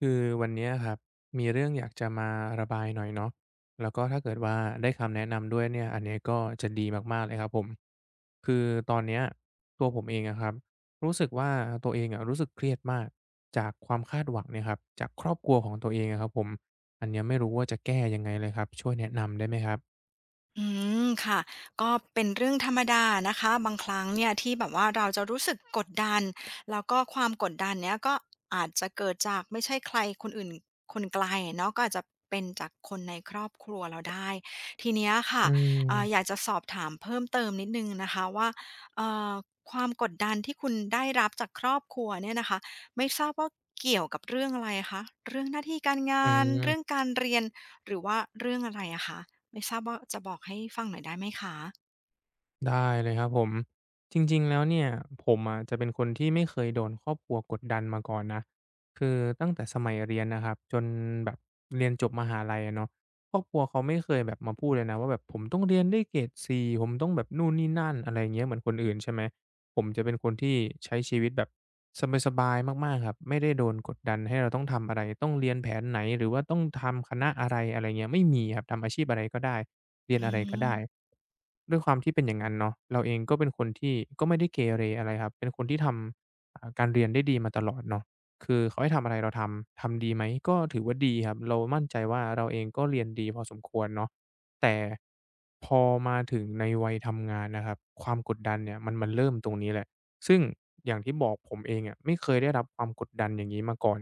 คือวันเนี้ยครับมีเรื่องอยากจะมาระบายหน่อยเนาะแล้วก็ถ้าเกิดว่าได้คำแนะนำด้วยเนี่ยอันเนี้ยก็จะดีมากๆเลยครับผมคือตอนเนี้ยตัวผมเองอะครับรู้สึกว่าตัวเองอะรู้สึกเครียดมากจากความคาดหวังเนี่ยครับจากครอบครัวของตัวเองอะครับผมอันเนี้ยไม่รู้ว่าจะแก้ยังไงเลยครับช่วยแนะนำได้ไหมครับอืมค่ะก็เป็นเรื่องธรรมดานะคะบางครั้งเนี่ยที่แบบว่าเราจะรู้สึกกดดันแล้วก็ความกดดันเนี้ยก็อาจจะเกิดจากไม่ใช่ใครคนอื่นคนไกลเนาะก็อาจจะเป็นจากคนในครอบครัวเราได้ทีเนี้ยอืค่ะอยากมจะสอบถามเพิ่มเติมนิดนึงนะคะว่าเอ่อความกดดันที่คุณได้รับจากครอบครัวเนี่ยนะคะไม่ทราบว่าเกี่ยวกับเรื่องอะไรคะเรื่องหน้าที่การอืงานเรื่องม การเรียนหรือว่าเรื่องอะไรอะคะ ไม่ทราบว่าจะบอกให้ฟังหน่อยได้ไหมคะได้เลยครับผมจริงๆแล้วเนี่ยผมอะจะเป็นคนที่ไม่เคยโดนครอบครัวกดดันมาก่อนนะคือตั้งแต่สมัยเรียนนะครับจนแบบเรียนจบมหาลัยอะเนาะครอบครัวเขาไม่เคยแบบมาพูดเลยนะว่าแบบผมต้องเรียนได้เกรดสี่ผมต้องแบบนู่นนี่นั่นอะไรอย่างเงี้ยเหมือนคนอื่นใช่ไหม ผมจะเป็นคนที่ใช้ชีวิตแบบสบายๆมากๆ ครับไม่ได้โดนกดดันให้เราต้องทำอะไรต้องเรียนแผนไหนหรือว่าต้องทำคณะอะไรอะไรเงี้ยไม่มีครับทำอาชีพอะไรก็ได้เรียนอือะไรก็มได้ด้วยความที่เป็นอย่างงั้นเนาะเราเองก็เป็นคนที่ก็ไม่ได้เกเรอะไรครับเป็นคนที่ทำการเรียนได้ดีมาตลอดเนาะคือเขาให้ทำอะไรเราทำดีไหมก็ถือว่าดีครับเรามั่นใจว่าเราเองก็เรียนดีพอสมควรเนาะ แต่พอมาถึงในวัยทำงานนะครับความกดดันเนี่ยมันเริ่มตรงนี้แหละซึ่งอย่างที่บอกผมเองอะไม่เคยได้รับความกดดันอย่างนี้มาก่อน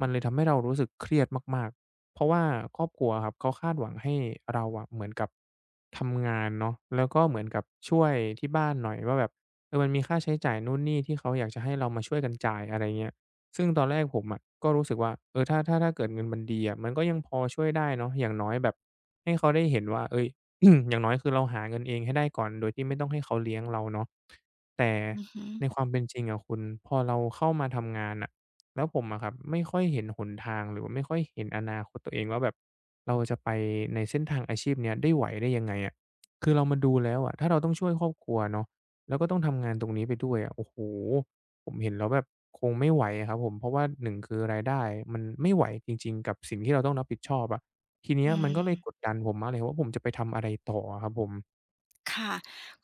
มันเลยทำให้เรารู้สึกเครียดมากๆเพราะว่าครอบครัวครับเขาคาดหวังให้เราอะเหมือนกับทำงานเนาะแล้วก็เหมือนกับช่วยที่บ้านหน่อยว่าแบบเออมันมีค่าใช้จ่ายนู่นนี่ที่เขาอยากจะให้เรามาช่วยกันจ่ายอะไรเงี้ย ซึ่งตอนแรกผมอะก็รู้สึกว่าเออถ้าเกิดเงินมันดีอะมันก็ยังพอช่วยได้เนาะอย่างน้อยแบบให้เขาได้เห็นว่าเฮ้ย อย่างน้อยคือเราหาเงินเองให้ได้ก่อนโดยที่ไม่ต้องให้เขาเลี้ยงเราเนาะแต่อือฮึในความเป็นจริงอะคุณพอเราเข้ามาทำงานอ่ะแล้วผมอะครับไม่ค่อยเห็นหนทางหรือว่าไม่ค่อยเห็นอนาคตตัวเองว่าแบบเราจะไปในเส้นทางอาชีพเนี้ยได้ไหวได้ยังไงอะคือเรามาดูแล้วอะถ้าเราต้องช่วยครอบครัวเนาะแล้วก็ต้องทำงานตรงนี้ไปด้วยอะโอ้โฮ ผมเห็นแล้วแบบคงไม่ไหวอะครับผมเพราะว่าหนึ่งคือรายได้มันไม่ไหวจริงๆกับสิ่งที่เราต้องรับผิดชอบอะทีเนี้อืยมันก็เลยกดม ดันผมมากเลยว่าผมจะไปทำอะไรต่ออะครับผมค่ะ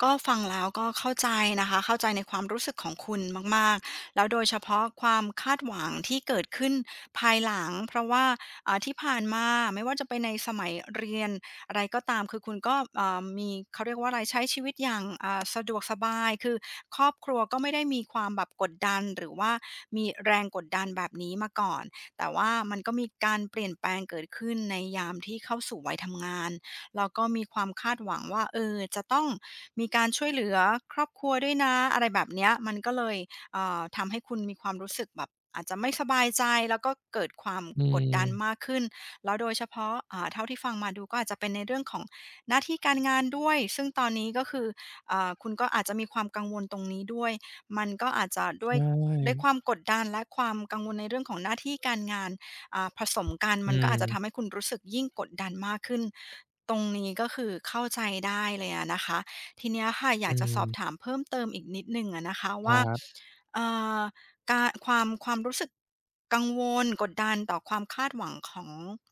ก็ฟังแล้วก็เข้าใจนะคะเข้าใจในความรู้สึกของคุณมากๆแล้วโดยเฉพาะความคาดหวังที่เกิดขึ้นภายหลังเพราะว่าที่ผ่านมาไม่ว่าจะเป็นในสมัยเรียนอะไรก็ตามคือคุณก็มีเขาเรียกว่าอะไรใช้ชีวิตอย่างสะดวกสบายคือครอบครัวก็ไม่ได้มีความแบบกดดันหรือว่ามีแรงกดดันแบบนี้มาก่อนแต่ว่ามันก็มีการเปลี่ยนแปลงเกิดขึ้นในยามที่เข้าสู่วัยทำงาน แล้วก็มีความคาดหวังว่าเออจะต้องมีการช่วยเหลือครอบครัวด้วยนะอะไรแบบเนี้ยมันก็เลยทำให้คุณมีความรู้สึกแบบอาจจะไม่สบายใจแล้วก็เกิดความอืกดดันมมากขึ้นแล้วโดยเฉพาะเท่าที่ฟังมาดูก็อาจจะเป็นในเรื่องของหน้าที่การงานด้วยซึ่งตอนนี้ก็คือคุณก็อาจจะมีความกังวลตรงนี้ด้วยมันก็อาจจะด้วยใช่ความกดดันและความกังวลในเรื่องของหน้าที่การงานผสมกันอืมันก็อาจจะทำมให้คุณรู้สึกยิ่งกดดันมากขึ้น ตรงนี้ก็คือเข้าใจได้เลยอะนะคะทีเนี้ยค่ะออืยากจะสอบถามมเพิ่มเติมอีกนิดหนึ่งอะนะคะคว่ารับ เอ่อการความรู้สึกกังวลกดดันต่อความคาดหวังของ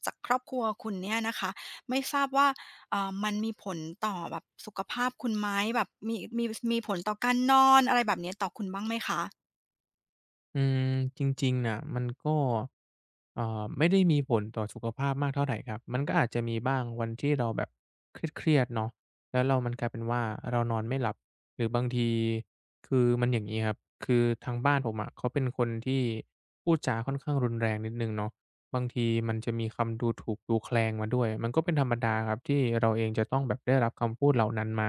จากครอบครัวคุณเนี่ยนะคะไม่ทราบว่ามันมีผลต่อแบบสุขภาพคุณไหมแบบมีมีผลต่อการนอนอะไรแบบเนี้ยต่อคุณบ้างไหมคะอืมจริงๆน่ะมันก็ไม่ได้มีผลต่อสุขภาพมากเท่าไรครับมันก็อาจจะมีบ้างวันที่เราแบบเครียดๆเนาะแล้วเรามันกลายเป็นว่าเรานอนไม่หลับหรือบางทีคือมันอย่างงี้ครับคือทางบ้านผมอะเขาเป็นคนที่พูดจาค่อนข้างรุนแรงนิดหนึ่งเนาะบางทีมันจะมีคำดูถูกดูแคลนมาด้วยมันก็เป็นธรรมดาครับที่เราเองจะต้องแบบได้รับคำพูดเหล่านั้นมา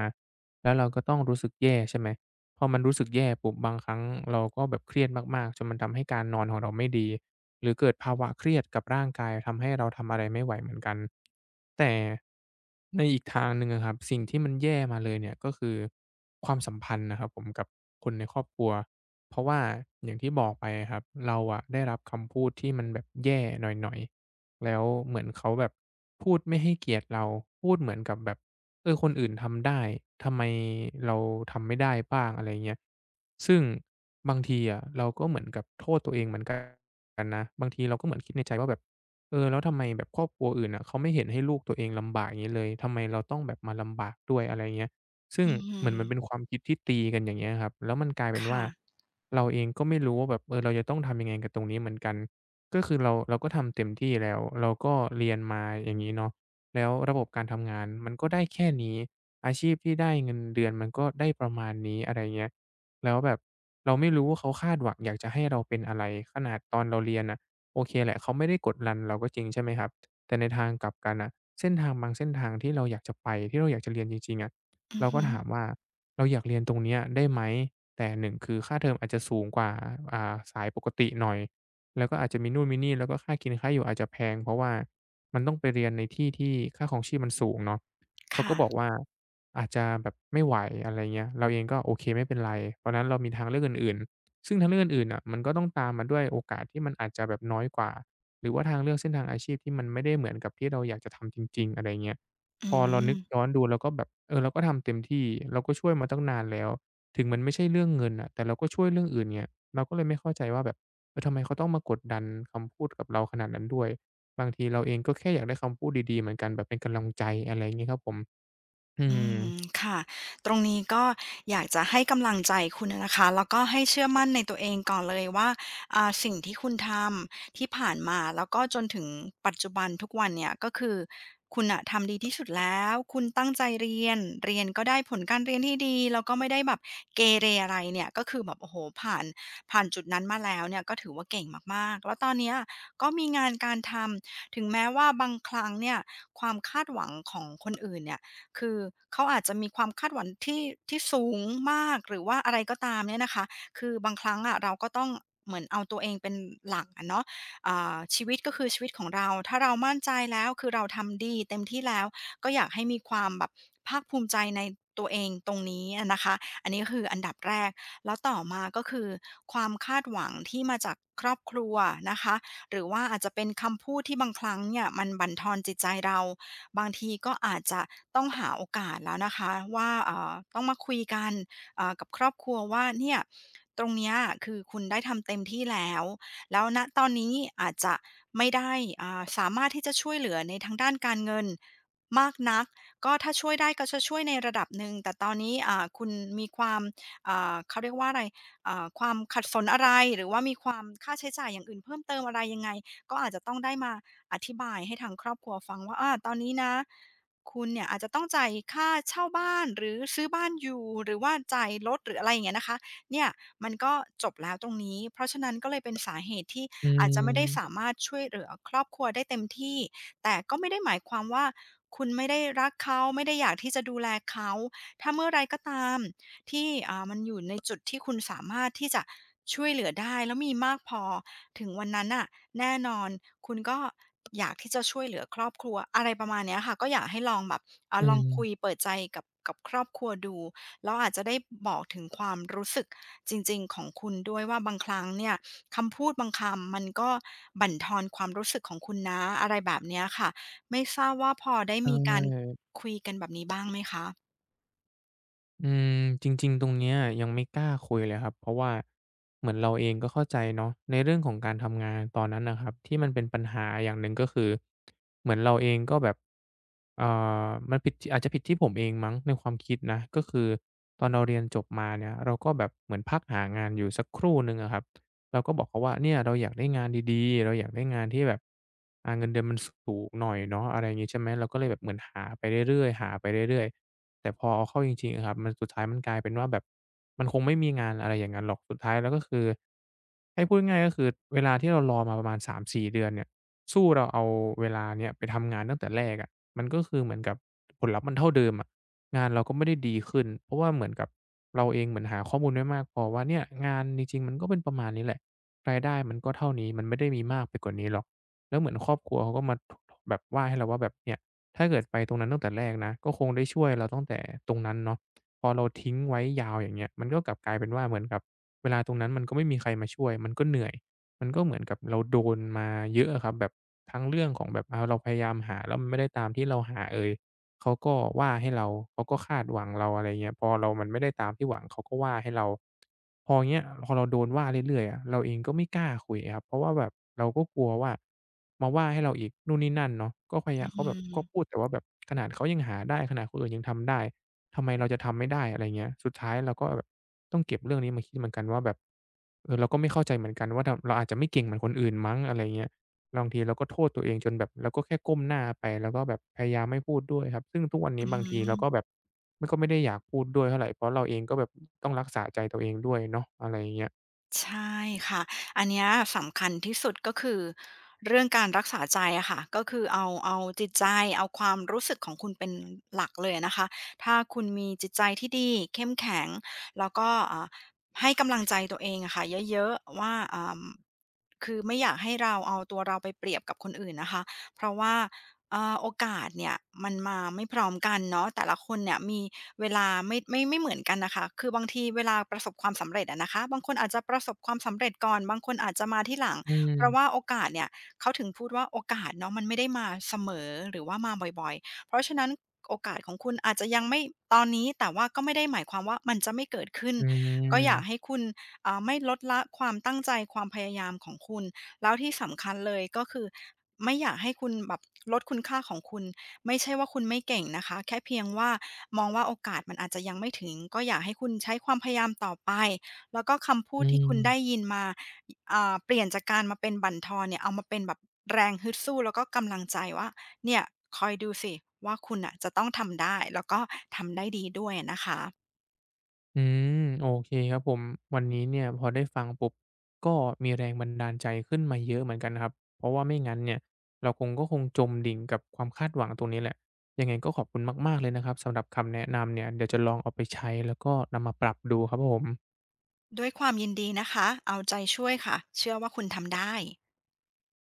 แล้วเราก็ต้องรู้สึกแย่ใช่ไหม พอมันรู้สึกแย่ปุ๊บบางครั้งเราก็แบบเครียดมากๆจนมันทำให้การนอนของเราไม่ดีหรือเกิดภาวะเครียดกับร่างกายทำให้เราทำอะไรไม่ไหวเหมือนกันแต่ในอีกทางหนึ่งอะครับสิ่งที่มันแย่มาเลยเนี่ยก็คือความสัมพันธ์นะครับผมกับคนในครอบครัวเพราะว่าอย่างที่บอกไปอะครับเราอะได้รับคำพูดที่มันแบบแย่หน่อยๆ แล้วเหมือนเขาแบบพูดไม่ให้เกียรติเราพูดเหมือนกับแบบเออคนอื่นทำได้ทำไมเราทำไม่ได้บ้างอะไรเงี้ยซึ่งบางทีอะเราก็เหมือนกับโทษตัวเองเหมือนกันนะบางทีเราก็เหมือนคิดในใจว่าแบบเออแล้วทำไมแบบครอบครัวอื่นน่ะเขาไม่เห็นให้ลูกตัวเองลำบากอย่างงี้เลยทำไมเราต้องแบบมาลำบากด้วยอะไรเงี้ยซึ่งอืเหมือนมันเป็นคมวามคิดที่ตีกันอย่างเงี้ยครับแล้วมันกลายเป็นว่าค่ะเราเองก็ไม่รู้ว่าแบบเออเราจะต้องทำยังไงกับตรงนี้เหมือนกัน ก็คือเราก็ทำเต็มที่แล้วเราก็เรียนมาอย่างนี้เนาะแล้วระบบการทำงานมันก็ได้แค่นี้อาชีพที่ได้เงินเดือนมันก็ได้ประมาณนี้อะไรเงี้ยแล้วแบบเราไม่รู้ว่าเขาคาดหวังอยากจะให้เราเป็นอะไรขนาดตอนเราเรียนน่ะโอเคแหละเขาไม่ได้กดดันเราก็จริงใช่ไหมครับแต่ในทางกลับกันน่ะเส้นทางบางเส้นทางที่เราอยากจะไปที่เราอยากจะเรียนจริงๆอะอือเราก็ฮึถามว่าเราอยากเรียนตรงเนี้ยได้ไหมแต่หนึ่งคือค่าเทอมอาจจะสูงกว่าสายปกติหน่อย แล้วก็อาจจะมีนู่นมีนี่แล้วก็ค่ากินค่าอยู่อาจจะแพงเพราะว่ามันต้องไปเรียนในที่ที่ค่าครองชีพมันสูงเนาะเขาก็ค่ะบอกว่าอาจจะแบบไม่ไหวอะไรเงี้ยเราเองก็โอเคไม่เป็นไรตอนนั้นเรามีทางเลือกอื่นๆซึ่งทางเลือกอื่นๆน่ะมันก็ต้องตามมาด้วยโอกาสที่มันอาจจะแบบน้อยกว่าหรือว่าทางเลือกเส้นทางอาชีพที่มันไม่ได้เหมือนกับที่เราอยากจะทำจริงๆอะไรเงี้ยอืพอเราม นึกย้อนดูเราก็แบบเออเราก็ทำเต็มที่เราก็ช่วยมาตั้งนานแล้วถึงมันไม่ใช่เรื่องเงินน่ะแต่เราก็ช่วยเรื่องอื่นไงเราก็เลยไม่เข้าใจว่าแบบ แล้วทำไมเขาต้องมากดดันคำพูดกับเราขนาดนั้นด้วยบางทีเราเองก็แค่อยากได้คำพูดดีๆเหมือนกันแบบเป็นกำลังใจอะไรอย่างงี้ครับผม อือืม มค่ะตรงนี้ก็อยากจะให้กำลังใจคุณอะนะคะแล้วก็ให้เชื่อมั่นในตัวเองก่อนเลยว่าสิ่งที่คุณทำที่ผ่านมาแล้วก็จนถึงปัจจุบันทุกวันเนี่ยก็คือคุณน่ะทำดีที่สุดแล้วคุณตั้งใจเรียนเรียนก็ได้ผลการเรียนที่ดีแล้วก็ไม่ได้แบบเกเรอะไรเนี่ยก็คือแบบโอ้โฮผ่านจุดนั้นมาแล้วเนี่ยก็ถือว่าเก่งมากๆแล้วตอนเนี้ยก็มีงานการทำถึงแม้ว่าบางครั้งเนี่ยความคาดหวังของคนอื่นเนี่ย คือเขาอาจจะมีความคาดหวังที่สูงมากหรือว่าอะไรก็ตามเนี่ยนะคะคือบางครั้งอะเราก็ต้องเหมือนเอาตัวเองเป็นหลักอะเนาะชีวิตก็คือชีวิตของเราถ้าเรามั่นใจแล้วคือเราทำดีเต็มที่แล้วก็อยากให้มีความแบบภาคภูมิใจในตัวเองตรงนี้อะนะคะอันนี้ก็คืออันดับแรกแล้วต่อมาก็คือความคาดหวังที่มาจากครอบครัวนะคะหรือว่าอาจจะเป็นคำพูดที่บางครั้งเนี่ยมันบั่นทอนจิตใจเรา บางทีก็อาจจะต้องหาโอกาสแล้วนะคะว่าต้องมาคุยกันกับครอบครัวว่าเนี่ยตรงเนี้ยคือคุณได้ทำเต็มที่แล้วแล้วณตอนนี้อาจจะไม่ได้สามารถที่จะช่วยเหลือในทางด้านการเงินมากนักก็ถ้าช่วยได้ก็จะช่วยในระดับหนึ่งแต่ตอนนี้คุณมีความเขาเรียกว่าอะไร หรือว่ามีความค่าใช้จ่ายอย่างอื่นเพิ่มเติมอะไรยังไงก็อาจจะต้องได้มาอธิบายให้ทางครอบครัวฟังว่าอาตอนนี้นะคุณเนี่ยอาจจะต้องจ่ายค่าเช่าบ้านหรือซื้อบ้านอยู่หรือว่าจ่ายรถหรืออะไรอย่างเงี้ยนะคะเนี่ยมันก็จบแล้วตรงนี้เพราะฉะนั้นก็เลยเป็นสาเหตุที่อือาจจะไม่ได้สามมารถช่วยเหลือครอบครัวได้เต็มที่แต่ก็ไม่ได้หมายความว่าคุณไม่ได้รักเขาไม่ได้อยากที่จะดูแลเขาถ้าเมื่อไรก็ตาม ที่มันอยู่ในจุดที่คุณสามารถที่จะช่วยเหลือได้แล้วมีมากพอถึงวันนั้นน่ะแน่นอนคุณก็อยากที่จะช่วยเหลือครอบครัวอะไรประมาณเนี้ยค่ะก็อยากให้ลองแบบอืลองคุยมเปิดใจกับครอบครัวดูแล้วอาจจะได้บอกถึงความรู้สึกจริงๆของคุณด้วยว่าบางครั้งเนี่ยคำพูดบางคำมันก็บั่นทอนความรู้สึกของคุณนะอะไรแบบเนี้ยค่ะไม่ทราบว่าพอได้ใชมีการ่ คุยกันแบบนี้บ้างไหมคะอืมจริงๆตรงเนี้ยยังไม่กล้าคุยเลยครับเพราะว่าเหมือนเราเองก็เข้าใจเนาะในเรื่องของการทำงานตอนนั้นนะครับที่มันเป็นปัญหาอย่างหนึ่งก็คือเหมือนเราเองก็แบบเอ่มันผิดที่อาจจะผิดที่ผมเองมั้งในความคิดนะก็คือตอนเราเรียนจบมาเนี่ยเราก็แบบเหมือนพักหางานอยู่สักครู่หนึ่งอะครับ เราก็บอกเขาว่าเนี่ยเราอยากได้งานดีๆเราอยากได้งานที่แบบเงินเดือนมันสูงหน่อยเนาะอะไรอย่างงี้ใช่ไหมเราก็เลยแบบเหมือนหาไปเรื่อยๆหาไปเรื่อยๆแต่พอเอาเข้าจริงๆอะครับมันสุดท้ายมันกลายเป็นว่าแบบมันคงไม่มีงานอะไรอย่างงั้นหรอกสุดท้ายแล้วก็คือให้พูดง่ายๆก็คือเวลาที่เรารอมาประมาณ3-4เดือนเนี่ยสู้เราเอาเวลาเนี้ยไปทำงานตั้งแต่แรกอะมันก็คือเหมือนกับผลลัพธ์มันเท่าเดิมอะงานเราก็ไม่ได้ดีขึ้นเพราะว่าเหมือนกับเราเองเหมือนหาข้อมูลไม่มากพอว่าเนี่ยงานจริงๆมันก็เป็นประมาณนี้แหละ รายได้มันก็เท่านี้มันไม่ได้มีมากไปกว่านี้หรอกแล้วเหมือนครอบครัวเขาก็มาถแบบว่าให้เราว่าแบบเนี่ยถ้าเกิดไปตรงนั้นตั้งแต่แรกนะก็คงได้ช่วยเราตั้งแต่ตรงนั้นเนาะพอเราทิ้งไว้ยาวอย่างเงี้ยมันก็กลับกลายเป็นว่าเหมือนกับเวลาตรงนั้นมันก็ไม่มีใครมาช่วยมันก็เหนื่อยมันก็เหมือนกับเราโดนมาเยอะอะครับแบบทั้งเรื่องของแบบเราพยายามหาแล้วมันไม่ได้ตามที่เราหาเอย เขาก็ว่าให้เราเขาก็คาดหวังเราอะไรเงี้ยพอเรามันไม่ได้ตามที่หวังเขาก็ว่าให้เราพอเงี้ยพอเราโดนว่าเรื่อยๆอะเราเองก็ไม่กล้าคุยอะครับเพราะว่าแบบเราก็กลัวว่ามาว่าให้เราอีกนู่นนี่นั่นเนาะก็พยายาอืมเขาแบบก็พูมดแต่ว่าแบบขนาดเขายังหาได้ขนาดคนอื่นยังทำได้ทำไมเราจะทำไม่ได้อะไรเงี้ยสุดท้ายเราก็แบบต้องเก็บเรื่องนี้มาคิดเหมือนกันว่าแบบเออเราก็ไม่เข้าใจเหมือนกันว่าทำเราอาจจะไม่เก่งเหมือนคนอื่นมั้งอะไรเงี้ย บางทีเราก็โทษตัวเองจนแบบเราก็แค่ก้มหน้าไปแล้วก็แบบพยายามไม่พูดด้วยครับซึ่งทุกวันนี้อืบางทีเราม ก็แบบมันก็ไม่ได้อยากพูดด้วยเท่าไรเพราะเราเองก็แบบต้องรักษาใจตัวเองด้วยเนาะอะไรอย่างเงี้ยใช่ค่ะ อันเนี้ยสำคัญที่สุดก็คือเรื่องการรักษาใจอะค่ะ ก็คือเอาจิตใจเอาความรู้สึกของคุณเป็นหลักเลยนะคะ ถ้าคุณมีจิตใจที่ดีเข้มแข็งแล้วก็ให้กำลังใจตัวเองอะค่ะเยอะๆว่าคือไม่อยากให้เราเอาตัวเราไปเปรียบกับคนอื่นนะคะเพราะว่า โอกาสเนี่ยมันมาไม่พร้อมกันเนาะแต่ละคนเนี่ยมีเวลาไม่เหมือนกันนะคะคือบางทีเวลาประสบความสำเร็จอะนะคะบางคนอาจจะประสบความสำเร็จก่อนบางคนอาจจะมาที่หลังอืเพราะว่ามโอกาสเนี่ยเขาถึงพูดว่าโอกาสเนาะมันไม่ได้มาเสมอหรือว่ามาบ่อยๆเพราะฉะนั้นโอกาสของคุณอาจจะยังไม่ตอนนี้แต่ว่าก็ไม่ได้หมายความว่ามันจะไม่เกิดขึ้นอืก็อยากให้มคุณไม่ลดละความตั้งใจความพยายามของคุณ แล้วที่สำคัญเลยก็คือไม่อยากให้คุณแบบลดคุณค่าของคุณไม่ใช่ว่าคุณไม่เก่งนะคะแค่เพียงว่ามองว่าโอกาสมันอาจจะยังไม่ถึงก็อยากให้คุณใช้ความพยายามต่อไปแล้วก็คำพูอืดที่คุณได้มยินมาเปลี่ยนจากการมาเป็นบั่นทอนเนี่ยเอามาเป็นแบบแรงฮึดสู้แล้วก็กำลังใจว่าเนี่ยคอยดูสิว่าคุณน่ะจะต้องทำได้แล้วก็ทำได้ดีด้วยอะนะคะอืมโอเคครับผมวันนี้เนี่ยพอได้ฟังปุ๊บก็มีแรงบันดาลใจขึ้นมาเยอะเหมือนกันครับเพราะว่าไม่งั้นเนี่ยเราก็คงจมดิ่งกับความคาดหวังตรงนี้แหละยังไงก็ขอบคุณมากๆเลยนะครับสำหรับคำแนะนำเนี่ยเดี๋ยวจะลองเอาไปใช้แล้วก็นำมาปรับดูครับผมด้วยความยินดีนะคะเอาใจช่วยค่ะเชื่อว่าคุณทำได้